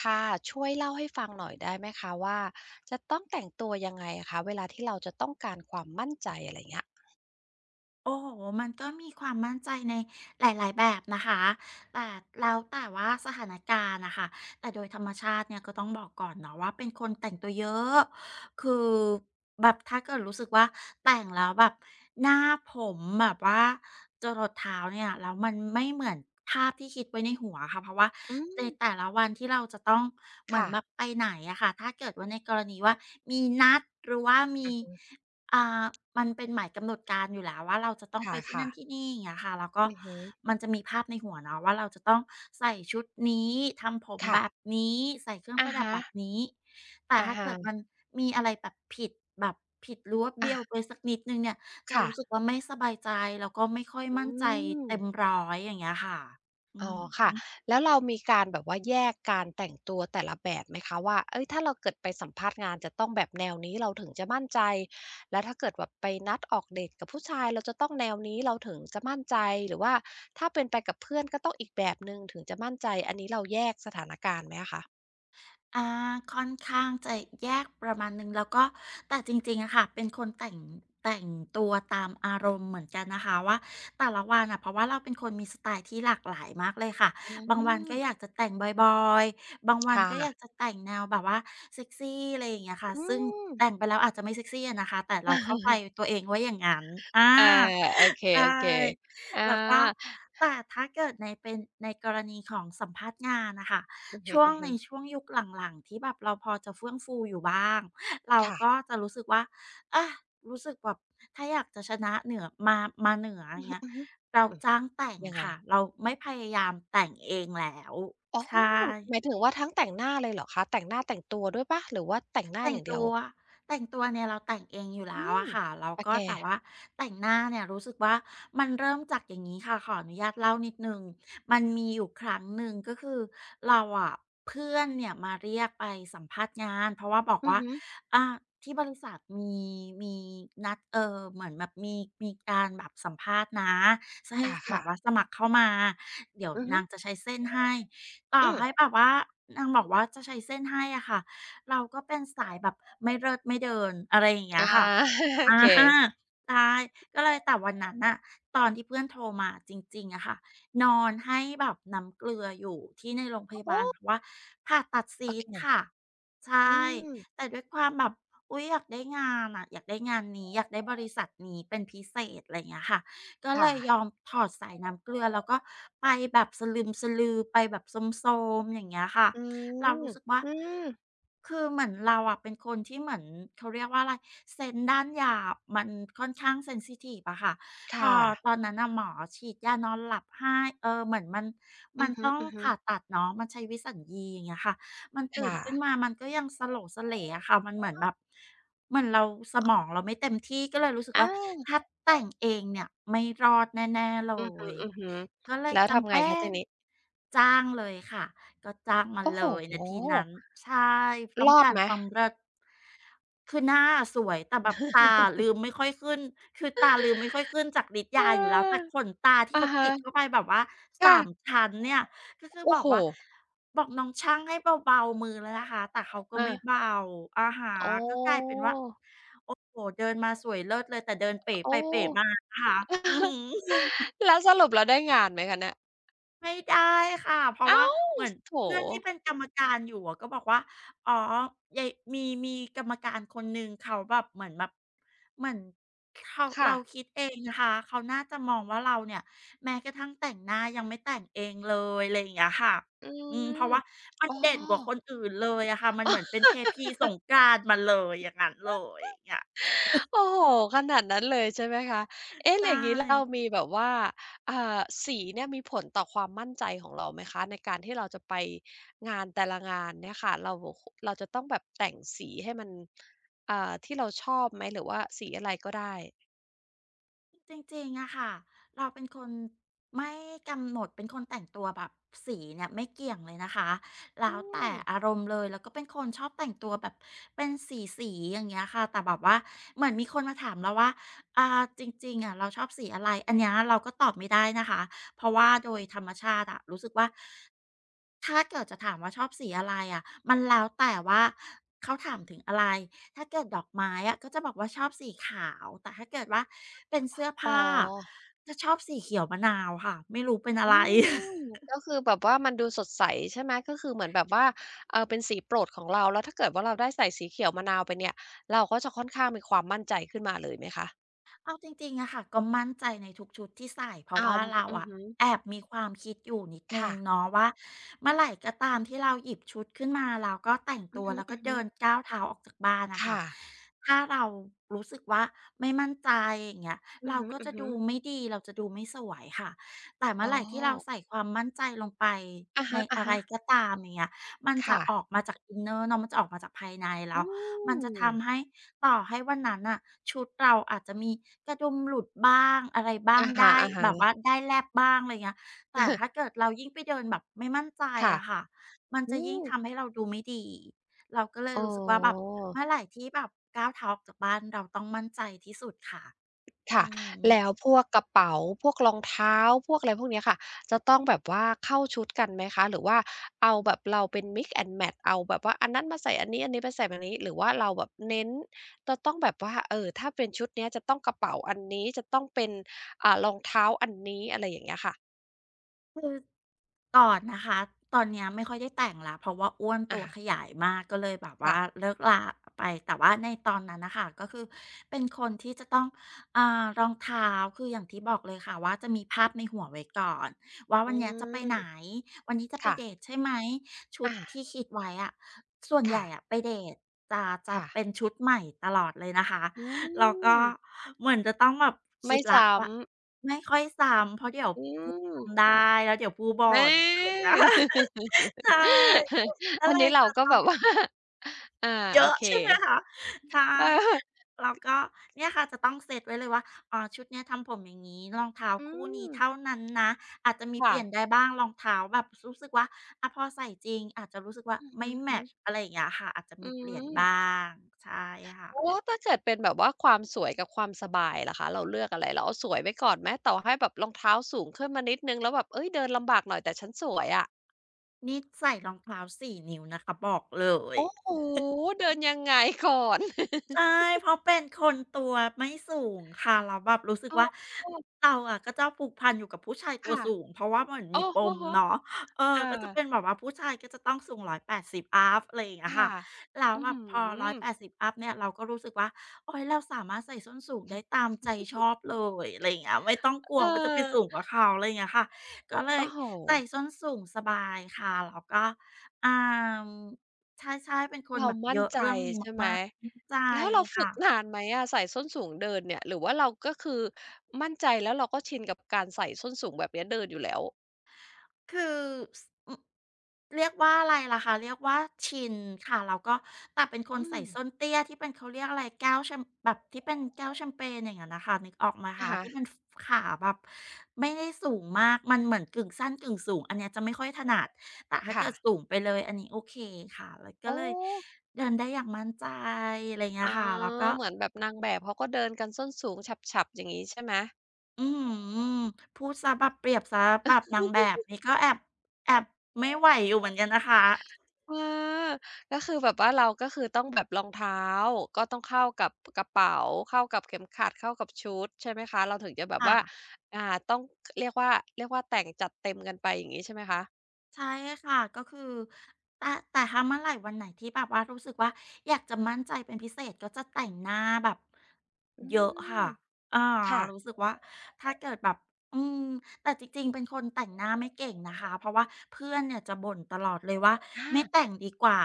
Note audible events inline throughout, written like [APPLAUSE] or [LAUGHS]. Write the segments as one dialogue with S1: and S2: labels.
S1: ค่ะช่วยเล่าให้ฟังหน่อยได้ไหมคะว่าจะต้องแต่งตัวยังไงอะคะเวลาที่เราจะต้องการความมั่นใจอะไรเงี้ย
S2: โอ้โหมันก็มีความมั่นใจในหลายๆ แบบนะคะ แต่แล้วแต่ว่าสถานการณ์นะคะ แต่โดยธรรมชาติเนี่ยก็ต้องบอกก่อนเนาะว่าเป็นคนแต่งตัวเยอะคือแบบถ้าเกิดรู้สึกว่าแต่งแล้วแบบหน้าผมแบบว่าจรดเท้าเนี่ยแล้วมันไม่เหมือนภาพที่คิดไว้ในหัวค่ะเพราะว่า
S1: อื
S2: ใน
S1: ม
S2: แต่ละวันที่เราจะต้องเหมือนแบบ
S1: ค่ะ
S2: ไปไหนอะค่ะถ้าเกิดว่าในกรณีว่ามีนัดหรือว่ามี อ่ามันเป็นหมายกำหนดการอยู่แล้วว่าเราจะต้องไปที่นั่
S1: ค่ะ
S2: น
S1: ๆ
S2: ที่นี่อย่างเงี้ยค่ะแล้วก็
S1: อือฮึ
S2: มันจะมีภาพในหัวเนาะว่าเราจะต้องใส่ชุดนี้ทำผม
S1: ค่ะ
S2: แบบนี้ใส่เครื่องป
S1: อะ
S2: ระดับ
S1: ฮะ
S2: แบบนี้แต่
S1: อะ
S2: ถ้าเกิด
S1: ฮะ
S2: มันมีอะไรแบบผิดแบบผิดรั้วเบี้ยว
S1: อะ
S2: ไปสักนิดหนึ่งเนี่ยจะ
S1: ค่ะ
S2: รู้สึกว่าไม่สบายใจแล้วก็ไม่ค่อย
S1: อื
S2: มั่นใจ
S1: ม
S2: เต็มร้อยอย่างเงี้ยค่ะอื
S1: อ๋อ
S2: อ
S1: ค่ะ
S2: ฮึ
S1: แล้วเรามีการแบบว่าแยกการแต่งตัวแต่ละแบบไหมคะว่าเอ้ยถ้าเราเกิดไปสัมภาษณ์งานจะต้องแบบแนวนี้เราถึงจะมั่นใจแล้วถ้าเกิดแบบไปนัดออกเดทกับผู้ชายเราจะต้องแนวนี้เราถึงจะมั่นใจหรือว่าถ้าเป็นไปกับเพื่อนก็ต้องอีกแบบหนึ่งถึงจะมั่นใจอันนี้เราแยกสถานการณ์ไหมอะคะ
S2: อาค่อนข้างจะแยกประมาณหนึ่งแล้วก็แต่จริงๆอะค่ะเป็นคนแต่งตัวตามอารมณ์เหมือนกันนะคะว่าแต่ละวันอะเพราะว่าเราเป็นคนมีสไตล์ที่หลากหลายมากเลยค่ะ
S1: อื
S2: บางวันก็อยาก
S1: ม
S2: จะแต่งบอยๆบางวัน
S1: ค่ะ
S2: ก็อยากจะแต่งแนวแบบว่าเซกซีอะไรอย่างเงี้ยค่ะ
S1: อื
S2: ซึ่ง
S1: ม
S2: แต่งไปแล้วอาจจะไม่เซกซีอะนะคะแต่เราเข้าใจตัวเองว่าอย่างงั้นอา
S1: อาโอเค
S2: ใช่
S1: ๆอา
S2: แล้วก็แต่ถ้าเกิดในเป็นในกรณีของสัมภาษณ์งานน่ะค่ะ
S1: อือฮ
S2: ช่วงใน
S1: ึๆ
S2: ช่วงยุคหลังๆที่แบบเราพอจะเฟื่องฟูอยู่บ้างเรา
S1: ค่ะ
S2: ก็จะรู้สึกว่าอารู้สึกแบบถ้าอยากจะชนะเหนือมามาเหนืออ
S1: อื
S2: ย่างเงี้ย
S1: อฮึ
S2: เรา
S1: ๆอืม
S2: จ้างแต่ง
S1: ยังไง
S2: ค่ะเราไม่พยายามแต่งเองแล้ว
S1: อ๋อ
S2: ใช่
S1: หมายถึงว่าทั้งแต่งหน้าเลยเหรอคะแต่งหน้าแต่งตัวด้วยเปล่าหรือว่าแต่งหน้า
S2: แต่
S1: อ
S2: ง
S1: ย่างเดี
S2: ตั
S1: ยว
S2: วแต่งตัวเนี่ยเราแต่งเองอยู่
S1: อื
S2: แล้ว
S1: ม
S2: อะค่ะแล้ว
S1: โอ
S2: ก็
S1: เค
S2: แต่ว่าแต่งหน้าเนี่ยรู้สึกว่ามันเริ่มจากอย่างนี้ค่ะขออนุญาตเล่านิดนึงมันมีอยู่ครั้งหนึ่งก็คือเราอะเพื่อนเนี่ยมาเรียกไปสัมภาษณ์งานเพราะว่าบอก
S1: อือ
S2: ว่า
S1: ฮึ
S2: อะที่บริษัทมีนัดเหมือนแบบมีการแบบสัมภาษณ์นะให้แบ
S1: ค่ะ
S2: บ
S1: ๆ
S2: ว่าสมัครเข้ามาเดี๋ยว
S1: อือฮึ
S2: นางจะใช้เส้นให้ต่อ
S1: อืม
S2: ให้แบบว่านางบอกว่าจะใช้เส้นให้อะค่ะ เราก็เป็นสายแบบไม่เลิศไม่เดินอะไรอย่างเงี้
S1: อา
S2: ยค่ะ
S1: [LAUGHS] โอ
S2: อา
S1: เค
S2: ใช่ก็เลยแต่วันนั้นน่ะตอนที่เพื่อนโทรมาจริงๆอะค่ะนอนให้แบบน้ำเกลืออยู่ที่ในโรงพยา
S1: โอ้
S2: บาลเพราะว่าผ่าตัด
S1: โอ
S2: ซีส
S1: เค
S2: ต์ค่ะ
S1: อื
S2: ใช่
S1: ม
S2: แต่ด้วยความแบบอุ๊ยอยากได้งานอะอยากได้งานนี้อยากได้บริษัทนี้เป็นพิเศษอะไรอย่างเงี้ยค่ะก็เล
S1: ค่ะ
S2: ยยอมถอดสายน้ำเกลือแล้วก็ไปแบบสะลึมสะลือไปแบบโซมๆอย่างเงี้ยค่ะ
S1: อื
S2: เรา
S1: ม
S2: รู้สึกว่า
S1: อืม
S2: คือเหมือนเราอะเป็นคนที่เหมือนเขาเรียกว่าอะไรเซนส์ด้านยามันค่อนข้างเซนซิทิฟอะค่ะพอ
S1: ค่ะ
S2: ตอนนั้นน่ะหมอฉีดยานอนหลับให้เหมือนมันมั
S1: อื
S2: น
S1: อฮ
S2: ต้อง
S1: ึๆ
S2: ผ่าตัดเนาะมันใช้วิสัญญีอย่างเงี้ยค่ะมันตื่น
S1: ค่ะ
S2: ขึ้นมามันก็ยังสโหลสเหลอะค่ะมันเหมือนแบบเหมือนเราสมองเราไม่เต็มที่ก็เลยรู้สึกว่า
S1: อ้าว
S2: ถ้าแต่งเองเนี่ยไม่รอดแน่ๆเล
S1: อือ
S2: ย
S1: ฮึ
S2: ก็เล
S1: ๆ
S2: ย
S1: แล้ว
S2: จำ
S1: ทำไง
S2: เป็
S1: คะที
S2: น
S1: นี้
S2: จ้างเลยค่ะ ก็จ้างมัน
S1: โอ้
S2: เล
S1: โฮ
S2: ยนาทีนั้นใช่ต้อ
S1: ร
S2: ง
S1: อด
S2: การ
S1: ไหม
S2: ความเลิศคือหน้าสวยแต่แบบตาลืมไม่ค่อยขึ้นคือตาลืมไม่ค่อยขึ้นจากฤทธิ์
S1: เออ
S2: ยาอยู่แล้วแต่ขนตาที่
S1: อะ
S2: เขา
S1: ฮะ
S2: ติดเข้าไปแบบว่าสาม
S1: ค่ะ
S2: ชั้นเนี่ยก็คือบ
S1: โอ้
S2: อ
S1: โฮ
S2: กว่าบอกน้องช่างให้เบาๆมือแล้วนะคะแต่เขาก็
S1: อา
S2: ไม่เบาอะฮะ
S1: อ๋อ
S2: ก็กลายเป็นว่าโอ้โฮเดินมาสวยเลิศเลยแต่เดินเป๋
S1: โอ้
S2: ไปเป๋มานะคะอือฮ
S1: [LAUGHS]
S2: ึ
S1: แล้วสรุปแล้วได้งานไหมคะเนี่ย
S2: ไม่ได้ค่ะเพราะว่า
S1: อ้าว
S2: เหมือน
S1: โถ
S2: เพื่อนที่เป็นกรรมการอยู่อะก็บอกว่าอ๋อยายมีมีกรรมการคนหนึ่งเขาแบบเหมือนเขา
S1: ค่ะ
S2: เราคิดเองนะคะเขาน่าจะมองว่าเราเนี่ยแม้กระทั่งแต่งหน้ายังไม่แต่งเองเลยอะไรอย่างเงี้ยค่ะ
S1: อื
S2: อืมเพ
S1: ม
S2: ราะว่ามัน
S1: อ๋อ
S2: เด่นกว่าคนอื่นเลยอะค่ะมันเหมือนเป็น
S1: [LAUGHS]
S2: เทพีสงกรานต์มาเลยอย่างงั้นเลยอย่างเงี้ย
S1: โอ้โฮขนาดนั้นเลยใช่ไหมคะเอ๊ะแล้ว
S2: ใช่
S1: อย่างงี้เรามีแบบว่าอ่าสีเนี่ยมีผลต่อความมั่นใจของเราไหมคะในการที่เราจะไปงานแต่ละงานเนี่ยค่ะเราเราจะต้องแบบแต่งสีให้มันที่เราชอบไหมหรือว่าสีอะไรก็ได้
S2: จริงๆอะค่ะเราเป็นคนไม่กำหนดเป็นคนแต่งตัวแบบสีเนี่ยไม่เกี่ยงเลยนะคะแล้
S1: อื
S2: วแต่
S1: ม
S2: อารมณ์เลยแล้วก็เป็นคนชอบแต่งตัวแบบเป็นสีๆอย่างเงี้ยค่ะแต่แบบว่าเหมือนมีคนมาถามเราว่าจริงๆอะเราชอบสีอะไรอันเนี้ยเราก็ตอบไม่ได้นะคะเพราะว่าโดยธรรมชาติอะรู้สึกว่า ถ้าเกิดจะถามว่าชอบสีอะไรอะมันแล้วแต่ว่าเขาถามถึงอะไรถ้าเกิดดอกไม้อะก็จะบอกว่าชอบสีขาวแต่ถ้าเกิดว่าเป็นเสื้อ
S1: อ๋อ
S2: ผ้าจะชอบสีเขียวมะนาวค่ะไม่รู้เป็นอะไร
S1: อืมก็คือแบบว่ามันดูสดใสใช่ไหมก็คือเหมือนแบบว่าเป็นสีโปรดของเราแล้วถ้าเกิดว่าเราได้ใส่สีเขียวมะนาวไปเนี่ยเราก็จะค่อนข้างมีความมั่นใจขึ้นมาเลยไหมคะ
S2: เอาจริงๆอะค่ะก็มั่นใจในทุกชุดที่ใส่เพราะ
S1: อ้า
S2: ว่า
S1: ว
S2: เรา
S1: อือ
S2: อะ
S1: ฮึ
S2: แอบมีความคิดอยู่นิดนึง
S1: ค่ะ
S2: เนาะว่าเมื่อไหร่ก็ตามที่เราหยิบชุดขึ้นมาเราก็แต่ง
S1: อื
S2: ตั
S1: อ
S2: ว
S1: ฮึ
S2: แล้วก็เดิน
S1: ๆ
S2: ก้าวเท้าออกจากบ้านนะคะ
S1: ค่ะ
S2: ถ้าเรารู้สึกว่าไม่มั่นใจอย่างเงี้ย
S1: อือ
S2: เรา
S1: ฮึ
S2: ก็จะดู
S1: ๆ
S2: ไม่ดีเราจะดูไม่สวยค่ะแต่เมื่อ
S1: อ๋อ
S2: ไหร่ที่เราใส่ความมั่นใจลงไป
S1: อะ
S2: ในอะไร
S1: ฮะ
S2: ก็ตามอย่างเงี้ยมัน
S1: ๆ
S2: จะ
S1: ค่ะ
S2: ออกมาจากอินเนอร์เนาะมันจะออกมาจากภายในแล้
S1: อื
S2: วมันจะทำให้
S1: ม
S2: ต่อให้วันนั้นน่ะชุดเราอาจจะมีกระดุมหลุดบ้างอะไรบ้าง
S1: อะฮ
S2: ได้แบ
S1: ะ
S2: บว่า
S1: ๆ
S2: ได้แลบบ้างอะไรเงี้ยแต่
S1: [LAUGHS]
S2: ถ้าเกิดเรายิ่งไปเดินแบบไม่มั่นใจ
S1: ค่ะ
S2: อะค่ะมันจะ
S1: อื
S2: ยิ่ง
S1: ม
S2: ทำให้เราดูไม่ดีเราก็เลย
S1: อ๋อ
S2: รู้สึกว่าแบบเมื่อไหร่ที่แบบก้าวเท้าออกจากบ้านเราต้องมั่นใจที่สุดค่ะ
S1: ค่ะ
S2: อื
S1: แล้ว
S2: ม
S1: พวกกระเป๋าพวกรองเท้าพวกอะไรพวกเนี้ยค่ะจะต้องแบบว่าเข้าชุดกันไหมคะหรือว่าเอาแบบเราเป็น Mix and Match เอาแบบว่าอันนั้นมาใส่อันนี้อันนี้มาใส่แบบนี้หรือว่าเราแบบเน้นจะต้องแบบว่าถ้าเป็นชุดเนี้ยจะต้องกระเป๋าอันนี้จะต้องเป็นรองเท้าอันนี้อะไรอย่างเงี้ยค่ะ
S2: ก่อนนะคะตอนเนี้ยไม่ค่อยได้แต่งและเพราะว่าอ้วน
S1: อา
S2: ตัวขยายมากก็เลยแบบว่า
S1: ค่ะ
S2: เลิกลาไปแต่ว่าในตอนนั้นน่ะค่ะก็คือเป็นคนที่จะต้องรองเท้าคืออย่างที่บอกเลยค่ะว่าจะมีภาพในหัวไว้ก่อนว่า
S1: อื
S2: วันเนี้ยจะไป
S1: ม
S2: ไหนวันนี้จะไป
S1: ค่ะ
S2: เดตใช่ไหมชุด
S1: อา
S2: ที่คิดไว้อะส่วนให
S1: ค่ะ
S2: ญ่อะไปเดตจะจะ
S1: ค่ะ
S2: เป็นชุดใหม่ตลอดเลยนะคะ
S1: อื
S2: แล้วก็
S1: ม
S2: เหมือนจะต้องแบบคิ
S1: ไม่
S2: ดละ
S1: ซ้
S2: ว่าไม่ค่อยซ้ำเพราะเดี๋ยว
S1: ำอื
S2: พูด
S1: ม
S2: จำได้แล้วเดี๋ยวพูดบ่
S1: อา
S2: นอะไรอย่างเงี้ย
S1: [LAUGHS]
S2: [LAUGHS] ใช่ก็
S1: อัน
S2: เล
S1: นี้
S2: ย
S1: เรา
S2: จะ
S1: ก็
S2: ต้อ
S1: แบ
S2: ง
S1: บว่า [LAUGHS] อ่า
S2: เย
S1: โอ
S2: อะ
S1: เค
S2: ใช่ไหมคะใช่
S1: เออ [LAUGHS]
S2: แล้วก็เนี่ยค่ะจะต้องเซตไว้เลยว่าอ๋อชุดเนี้ยทำผมอย่างงี้รองเท้า
S1: อื
S2: คู่นี้
S1: ม
S2: เท่านั้นนะอาจจะมีเปลี่ยน
S1: ค่ะ
S2: ได้บ้างรองเท้าแบบรู้สึกว่าอะพอใส่จริงอาจจะรู้สึกว่า
S1: อืม
S2: ไม่แม
S1: ฮึ
S2: ตช์อะไรอย่างเงี้ยค่ะอาจจะ
S1: อื
S2: มีเปลี่ยน
S1: ม
S2: บ้างใช่ค่ะ
S1: แล้วถ้าเกิดเป็นแบบว่าความสวยกับความสบายล่ะคะ เราเลือกอะไร เราเอาสวยไว้ก่อนไหมต่อให้แบบรองเท้าสูงขึ้นมานิดนึงแล้วแบบเอ้ยเดินลำบากหน่อยแต่ฉันสวยอะ
S2: นี่ใส่รองเท้า4นิ้วนะคะบอกเลย
S1: โอ้โหเดินยังไงก่อน
S2: ใช่เพราะเป็นคนตัวไม่สูงค่ะแล้วแบบรู้สึ
S1: [LAUGHS]
S2: ก
S1: อ้อ
S2: ว่าเราอะก็จะผูกพันอยู่กับผู้ชายตัว
S1: ค่ะ
S2: สูงเพราะว่าเหมือนมี
S1: โอ้
S2: ป
S1: โห
S2: มเนาะเออ
S1: อา
S2: ก็จะเป็นแบบว่าผู้ชายก็จะต้องสูงร้อยแปดสิบอัปอะไรอย่างเงี้ยค่ะ
S1: ค่ะ
S2: แล้ว
S1: อือ
S2: แบบ
S1: ฮื
S2: พอร้อย
S1: อ
S2: แปดสิบอัปเนี่ยเราก็รู้สึกว่าโอ๊ยเราสามารถใส่ส้นสูงได้ตามใจชอบเลยอะไรอย่างเงี้ยไม่ต้องกลั
S1: เอ
S2: วว่าจะไปสูง
S1: อ
S2: กว่าเขาอะไรอย่างเงี้ยค่ะก็เลย
S1: โอ้โห
S2: ใส่ส้นสูงสบายค่ะแล้วก็อ่าใช่เป็นคน
S1: เรา
S2: แบบ
S1: มั่
S2: เย
S1: น
S2: อะ
S1: ใจ
S2: เรื่องนี้
S1: ใช่ไหม
S2: มากๆ อือใจ
S1: แล้วเราฝึ
S2: ค่ะ
S1: กนานไหมอะใส่ส้นสูงเดินเนี่ยหรือว่าเราก็คือมั่นใจแล้วเราก็ชินกับการใส่ส้นสูงแบบเนี้ยเดินอยู่แล้ว
S2: คือสอือเรียกว่าอะไรล่ะคะเรียกว่าชินค่ะแล้วก็แต่เป็นคน
S1: อื
S2: ใส่
S1: ม
S2: ส้นเตี้ยที่เป็นเขาเรียกอะไรแก้วแชมแบบที่เป็นแก้วแชมเปญอย่างงั้นน่ะค่ะนึกออกไหม
S1: อะ
S2: คะ
S1: ฮะ
S2: ที่มันฟขาแบบไม่ได้สูงมากมันเหมือนกึ่งสั้นกึ่งสูงอันเนี้ยจะไม่ค่อยถนัดแต่ถ้าเกิด
S1: ค่ะ
S2: สูงไปเลยอันนี้โอเคค่ะแล้วก็
S1: อ๋อ
S2: เลยเดินได้อย่างมั่นใจอะไรเงี้ย
S1: อ๋อ
S2: ค่ะแล้วก็
S1: เหมือนแบบนางแบบเขาก็เดินกันส้นสูงฉับๆอย่างงี้ใช่ไหม
S2: อื้อฮือพูดเสียแบบเปรียบเสียแบบนางแบบนี่ก็แอบไม่ไหวอยู่เหมือนกันนะคะ
S1: เออก็คือแบบว่าเราก็คือต้องแบบรองเท้าก็ต้องเข้ากับกระเป๋าเข้ากับเข็มขัดเข้ากับชุดใช่ไหมคะเราถึงจะแบบว่า
S2: ค่ะ
S1: อ่าต้องเรียกว่าเรียกว่าแต่งจัดเต็มกันไปอย่างงี้ใช่ไหมคะ
S2: ใช่ค่ะก็คือแต่แต่ถ้าเมื่อไหร่วันไหนที่แบบว่ารู้สึกว่าอยากจะมั่นใจเป็นพิเศษก็จะแต่งหน้าแบบ
S1: อื
S2: เยอะ
S1: ม
S2: ค่ะอ่า
S1: ค่ะ
S2: รู้สึกว่าถ้าเกิดแบบอืมแต่จริงๆเป็นคนแต่งหน้าไม่เก่งนะคะเพราะว่าเพื่อนเนี่ยจะบ่นตลอดเลยว่า
S1: อา
S2: ไม่แต่งดีกว่า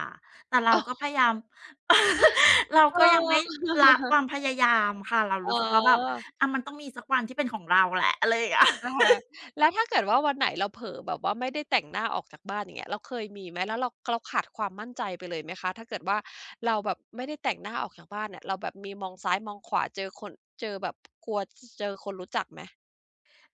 S2: แต่เรา
S1: อ๋อ
S2: ก็พยายาม [LAUGHS] เรา
S1: เอ
S2: ก็ยังไม่
S1: อ
S2: ละค
S1: [LAUGHS]
S2: วามพยายามค่ะเรา
S1: อ๋
S2: รู้สึกว่าแบบ
S1: อ
S2: อะมันต้องมีสักวันที่เป็นของเราแหละอะไรอย่างเงี้ย
S1: อะฮะแล้วถ้าเกิดว่าวันไหนเราเผลอแบบว่าไม่ได้แต่งหน้าออกจากบ้านอย่างเงี้ยเราเคยมีไหมแล้วเราเราขาดความมั่นใจไปเลยไหมคะถ้าเกิดว่าเราแบบไม่ได้แต่งหน้าออกจากบ้านเนี่ยเราแบบมีมองซ้ายมองขวาเจอคนเจอแบบกลัวจเจอคนรู้จักไหม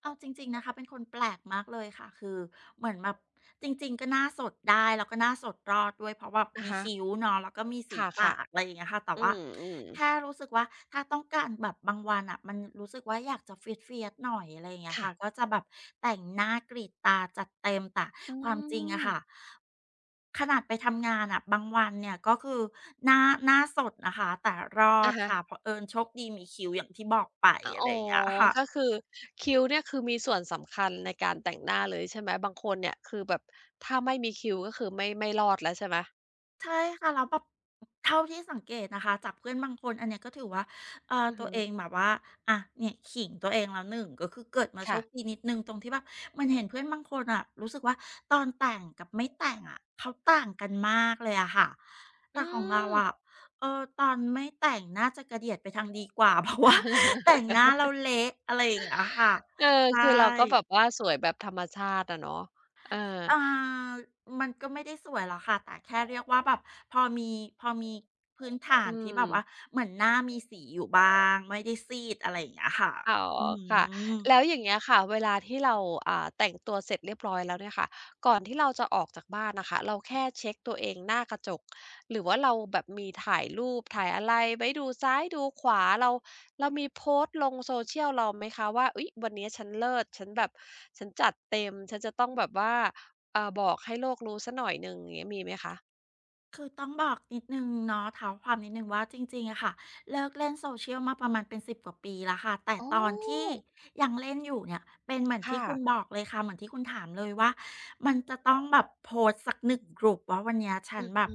S2: เอาจริงๆนะคะเป็นคนแปลกมากเลยค่ะคือเหมือนแบบจริงๆก็หน้าสดได้แล้วก็หน้าสดรอดด้วยเพราะแบบ
S1: อะ
S2: มี
S1: ฮะ
S2: คิ้วเนาะแล้วก็มี
S1: ค
S2: สีปา
S1: ่ะ
S2: กอะไรอย่างเงี้ยค่ะแต่
S1: ๆอื
S2: ว่า
S1: ม
S2: แค่
S1: ๆ
S2: รู้สึกว่าถ้าต้องการแบบบางวันอ่ะมันรู้สึกว่าอยากจะเฟียดๆหน่อยอะไรอย่างเงี้ย
S1: ค่ะ
S2: ค่ะก็จะแบบแต่งหน้ากรีดตาจัดเต็มแต่
S1: อื
S2: ความจริงอะค่ะ
S1: ม
S2: ขนาดไปทำงานอะบางวันเนี่ยก็คือหน้าสดนะคะแต่รอ
S1: อะ
S2: ด
S1: ฮะ
S2: ค่ะเผอิญโชคดีมีคิ้วอย่างที่บอกไป
S1: อ
S2: อะไร
S1: อ๋อ
S2: อย่างเงี้ยค่ะ
S1: ก็คือคิ้วเนี่ยคือมีส่วนสำคัญในการแต่งหน้าเลยใช่ไหมบางคนเนี่ยคือแบบถ้าไม่มีคิ้วก็คือไม่ไม่รอดแล้วใช่ไหม
S2: ใช่ค่ะแล้วแบบเท่าที่สังเกตนะคะจากเพื่อนบางคนอันเนี้ยก็ถือว่า
S1: อือ
S2: ตัว
S1: ฮึ
S2: เองแบบว่าอะเนี่ยขิงตัวเองแล้วหนึ่งก็คือเกิดมาโช
S1: ค่ะ
S2: คดีนิดหนึ่งตรงที่แบบมันเห็นเพื่อนบางคนอะรู้สึกว่าตอนแต่งกับไม่แต่งอะเขาต่างกันมากเลยอะค่ะ
S1: อื
S2: แต่ของเราอะ
S1: ม
S2: เออตอนไม่แต่งน่าจะกระเดียดไปทางดีกว่า [LAUGHS] เพราะว่าแต่งหน้าแล้วเละอะไรอย่างเงี้ยค่ะ
S1: เออ
S2: ใช่
S1: คือเราก็แบบว่าสวยแบบธรรมชาติอะเนาะเออ
S2: เอ่อมันก็ไม่ได้สวยหรอกค่ะแต่แค่เรียกว่าแบบพอมีพอมีพื้นฐา
S1: อื
S2: นที่แบบว่า
S1: ม
S2: เหมือนหน้ามีสีอยู่บ้างไม่ได้ซีดอะไรอย่างเงี้ยค่ะ
S1: อ๋อ
S2: อื
S1: ค่ะ
S2: ม
S1: แล้วอย่างเงี้ยค่ะเวลาที่เราแต่งตัวเสร็จเรียบร้อยแล้วเนี่ยค่ะก่อนที่เราจะออกจากบ้านน่ะค่ะเราแค่เช็กตัวเองหน้ากระจกหรือว่าเราแบบมีถ่ายรูปถ่ายอะไรไว้ดูซ้ายดูขวาเราเรามีโพสต์ลง social เราไหมคะว่าอุ๊ยวันนี้ฉันเลิศฉันแบบฉันจัดเต็มฉันจะต้องแบบว่าบอกให้โลกรู้สักหน่อยหนึ่งอย่างเงี้ยมีไหมคะ
S2: คือต้องบอกนิดนึงเนาะเท้าความนิดนึงว่าจริงๆอะค่ะเลิกเล่น Social มาประมาณเป็น10 กว่าปีแล้วค่ะแต่
S1: อ๋
S2: ตอนที่
S1: อ
S2: ยังเล่นอยู่เนี่ยเป็นเหมือนที่
S1: ค่ะ
S2: คุณบอกเลยค่ะเหมือนที่คุณถามเลยว่ามันจะต้องแบบโพสต์สัก1 กลุ่มว่าวันเนี้ยฉัน
S1: อือ
S2: แบบ
S1: ฮึ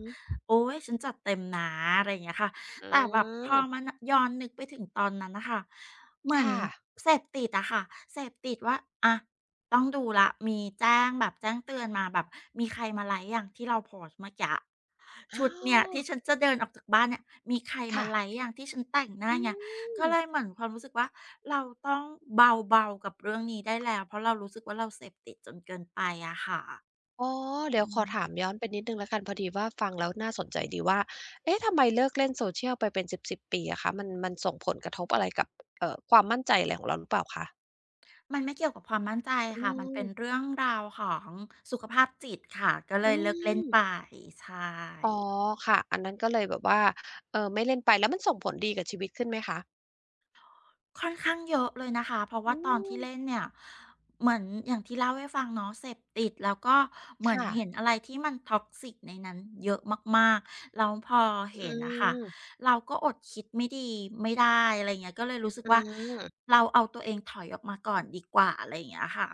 S2: โอ้ยฉันจัดเต็มนะอะไรอย่างเงี้ยค่ะ
S1: อื
S2: แต่แบบพอ
S1: ม
S2: มานย้อนนึกไปถึงตอนนั้นนะคะเหมือน
S1: ค่ะ
S2: เสพติดอะค่ะเสพติดว่าอะต้องดูละมีแจ้งแบบแจ้งเตือนมาแบบมีใครมาไลค์อย่างที่เราโพสต์เมื่อกี้
S1: อ๋
S2: ชุดเนี่ยที่
S1: อ
S2: ฉันจะเดินออกจากบ้านเนี่ยมีใครมา
S1: ค่ะ
S2: ไลก์อย่างที่ฉันแต่งหน้า
S1: อื
S2: ไง
S1: ม
S2: ก็เลยเหมือนความรู้สึกว่าเราต้องเบาๆกับเรื่องนี้ได้แล้วเพราะเรารู้สึกว่าเราเสพติดจนเกินไปอะค่ะ
S1: อ๋อ
S2: อื
S1: เดี๋ยวขอ
S2: ม
S1: ถามย้อนไปนิดหนึ่งแล้วกันพอดีว่าฟังแล้วน่าสนใจดีว่าเอ๊ะทำไมเลิกเล่นโซเชียลไปเป็นสิบปีอะคะมันส่งผลกระทบอะไรกับความมั่นใจอะไรของเราหรือเปล่าคะ
S2: มันไม่เกี่ยวกับความมั่นใจ
S1: อื
S2: ค่ะมันเป็น
S1: ม
S2: เรื่องราวของสุขภาพจิตค่ะก็เล
S1: อื
S2: ยเลิกเล่นไป
S1: ม
S2: ใช่
S1: อ๋อค่ะอันนั้นก็เลยแบบว่าเออไม่เล่นไปแล้วมันส่งผลดีกับชีวิตขึ้นไหมคะ
S2: ค่อนข้างเยอะเลยนะคะ เพราะว่า
S1: อื
S2: ตอนที่
S1: ม
S2: เล่นเนี่ยเหมือนอย่างที่เล่าให้ฟังเนาะเสพติดแล้วก็เหมือน
S1: ค่ะ
S2: เห็นอะไรที่มันท็อกซิ c ในนั้นเยอะมากๆแล้วพอเห็
S1: อื
S2: นนะคะ
S1: ม
S2: เราก็อดคิดไม่ดีไม่ได้อะไรเงี้ยก็เลยรู้สึก
S1: อื
S2: ว่า
S1: ม
S2: เราเอาตัวเองถอยออกมาก่อนดีกว่าอะไรอย่างเงี้ยค่ะ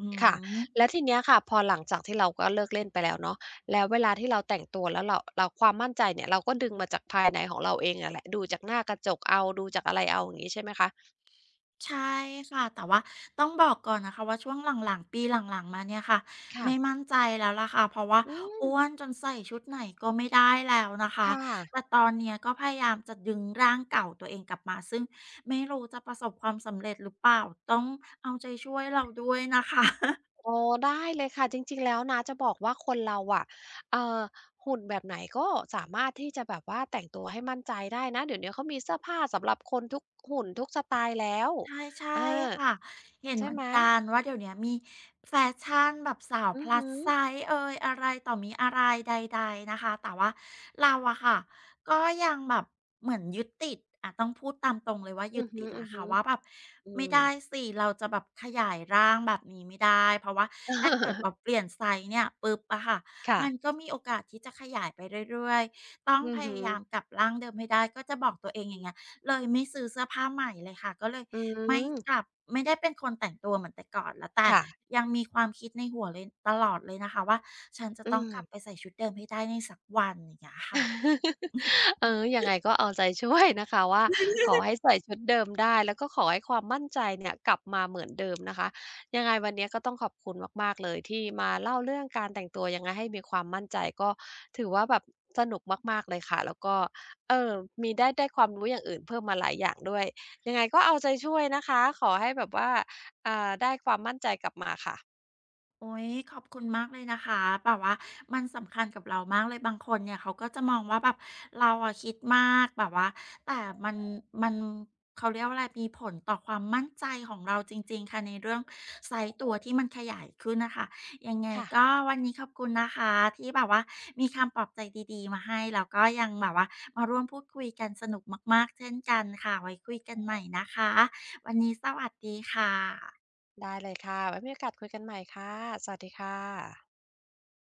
S2: อื
S1: ค่ะ
S2: ม
S1: แล้วทีเนี้ยค่ะพอหลังจากที่เราก็เลิกเล่นไปแล้วเนาะแล้วเวลาที่เราแต่งตัวแล้วเราความมั่นใจเนี่ยเราก็ดึงมาจากภายในของเราเองอะแหละดูจากหน้ากระจกเอาดูจากอะไรเอาอย่างงี้ใช่ไหมคะ
S2: ใช่ค่ะแต่ว่าต้องบอกก่อนนะคะว่าช่วงหลังๆปีหลังๆมาเนี่ยค่ะไม่
S1: ค่ะ
S2: มั่นใจแล้วล่ะค่ะเพราะว่า
S1: อืม
S2: อ้วนจนใส่ชุดไหนก็ไม่ได้แล้วนะ
S1: ค
S2: คะ
S1: ่ะ
S2: แต่ตอนเนี้ยก็พยายามจะดึงร่างเก่าตัวเองกลับมาซึ่งไม่รู้จะประสบความสำเร็จหรือเปล่าต้องเอาใจช่วยเราด้วยนะคะ
S1: อ๋อได้เลยค่ะจริงๆแล้วนะจะบอกว่าคนเราอะเอ่อหุ่นแบบไหนก็สามารถที่จะแบบว่าแต่งตัวให้มั่นใจได้นะเดี๋ยวเนี้ยเขามีเสื้อผ้าสำหรับคนทุกหุ่นทุกสไตล์แล้ว
S2: ใช่ใช่
S1: อา
S2: ค่ะเห็น
S1: ใช่
S2: เหมือน
S1: ไหม
S2: กันว่าเดี๋ยวเนี้ยมีแฟชั่นแบบสาวพ
S1: อือ
S2: ลั
S1: ฮึ
S2: s s i เอยอะไรต่อมีอะไรใดๆนะคะแต่ว่าเราอะค่ะก็ยังแบบเหมือนยึดติดอะต้องพูดตามตรงเลยว่ายึ
S1: อื
S2: ด
S1: อฮึ
S2: ติดล้ค่ะว่าแบบ
S1: ๆอื
S2: ไม่
S1: ม
S2: ได้สิเราจะแบบขยายร่างแบบนี้ไม่ได้เพราะว่าถ้าเกิดเรา
S1: [LAUGHS]
S2: เปลี่ยนไซส์เนี่ยปุ๊บอะค่ะมัน
S1: ค่ะ
S2: ก็มีโอกาสที่จะขยายไปเรื่อยๆต้อง
S1: อือ
S2: พ
S1: ฮึ
S2: ยายามกลับร่างเดิมให้ได้ก็จะบอกตัวเองอย่างเงี้ยเลยไม่ซื้อเสื้อผ้าใหม่เลยค่ะก็เลย
S1: อื
S2: ไม่ก
S1: ม
S2: ลับไม่ได้เป็นคนแต่งตัวเหมือนแต่ก่อนแล้วแต่
S1: ค่ะ
S2: ยังมีความคิดในหัวเลยตลอดเลยนะคะว่าฉันจะ
S1: อื
S2: ต้อง
S1: ม
S2: กลับไปใส่ชุดเดิมให้ได้ในสักวันอย่างเงี้ยค่ะ
S1: [LAUGHS] เออยังไงก็เอาใจช่วยนะคะว่าขอให้ใส่ชุดเดิมได้แล้วก็ขอให้ความมั่นใจเนี่ยกลับมาเหมือนเดิมนะคะยังไงวันเนี้ยก็ต้องขอบคุณมากๆเลยที่มาเล่าเรื่องการแต่งตัวยังไงให้มีความมั่นใจก็ถือว่าแบบสนุกมากๆเลยค่ะแล้วก็เอ่อมีได้ความรู้อย่างอื่นเพิ่มมาหลายอย่างด้วยยังไงก็เอาใจช่วยนะคะขอให้แบบว่าอ่าได้ความมั่นใจกลับมาค่ะ
S2: โอ้ยขอบคุณมากเลยนะคะแบบว่ามันสำคัญกับเรามากเลยบางคนเนี่ยเขาก็จะมองว่าแบบเราอะคิดมากแบบว่าแต่มันมันเขาเรียกว่าอะไรมีผลต่อความมั่นใจของเราจริงๆค่ะในเรื่องไซซ์ตัวที่มันขยายขึ้นนะคะยังไงก็
S1: ค่ะ
S2: วันนี้ขอบคุณนะคะที่แบบว่ามีคำปลอบใจดีๆมาให้แล้วก็ยังแบบว่ามาร่วมพูดคุยกันสนุกมากๆเช่นกันค่ะไว้คุยกันใหม่นะคะวันนี้สวัสดีค่ะ
S1: ได้เลยค่ะไว้มีโอกาสคุยกันใหม่ค่ะ สวัสดีค่ะ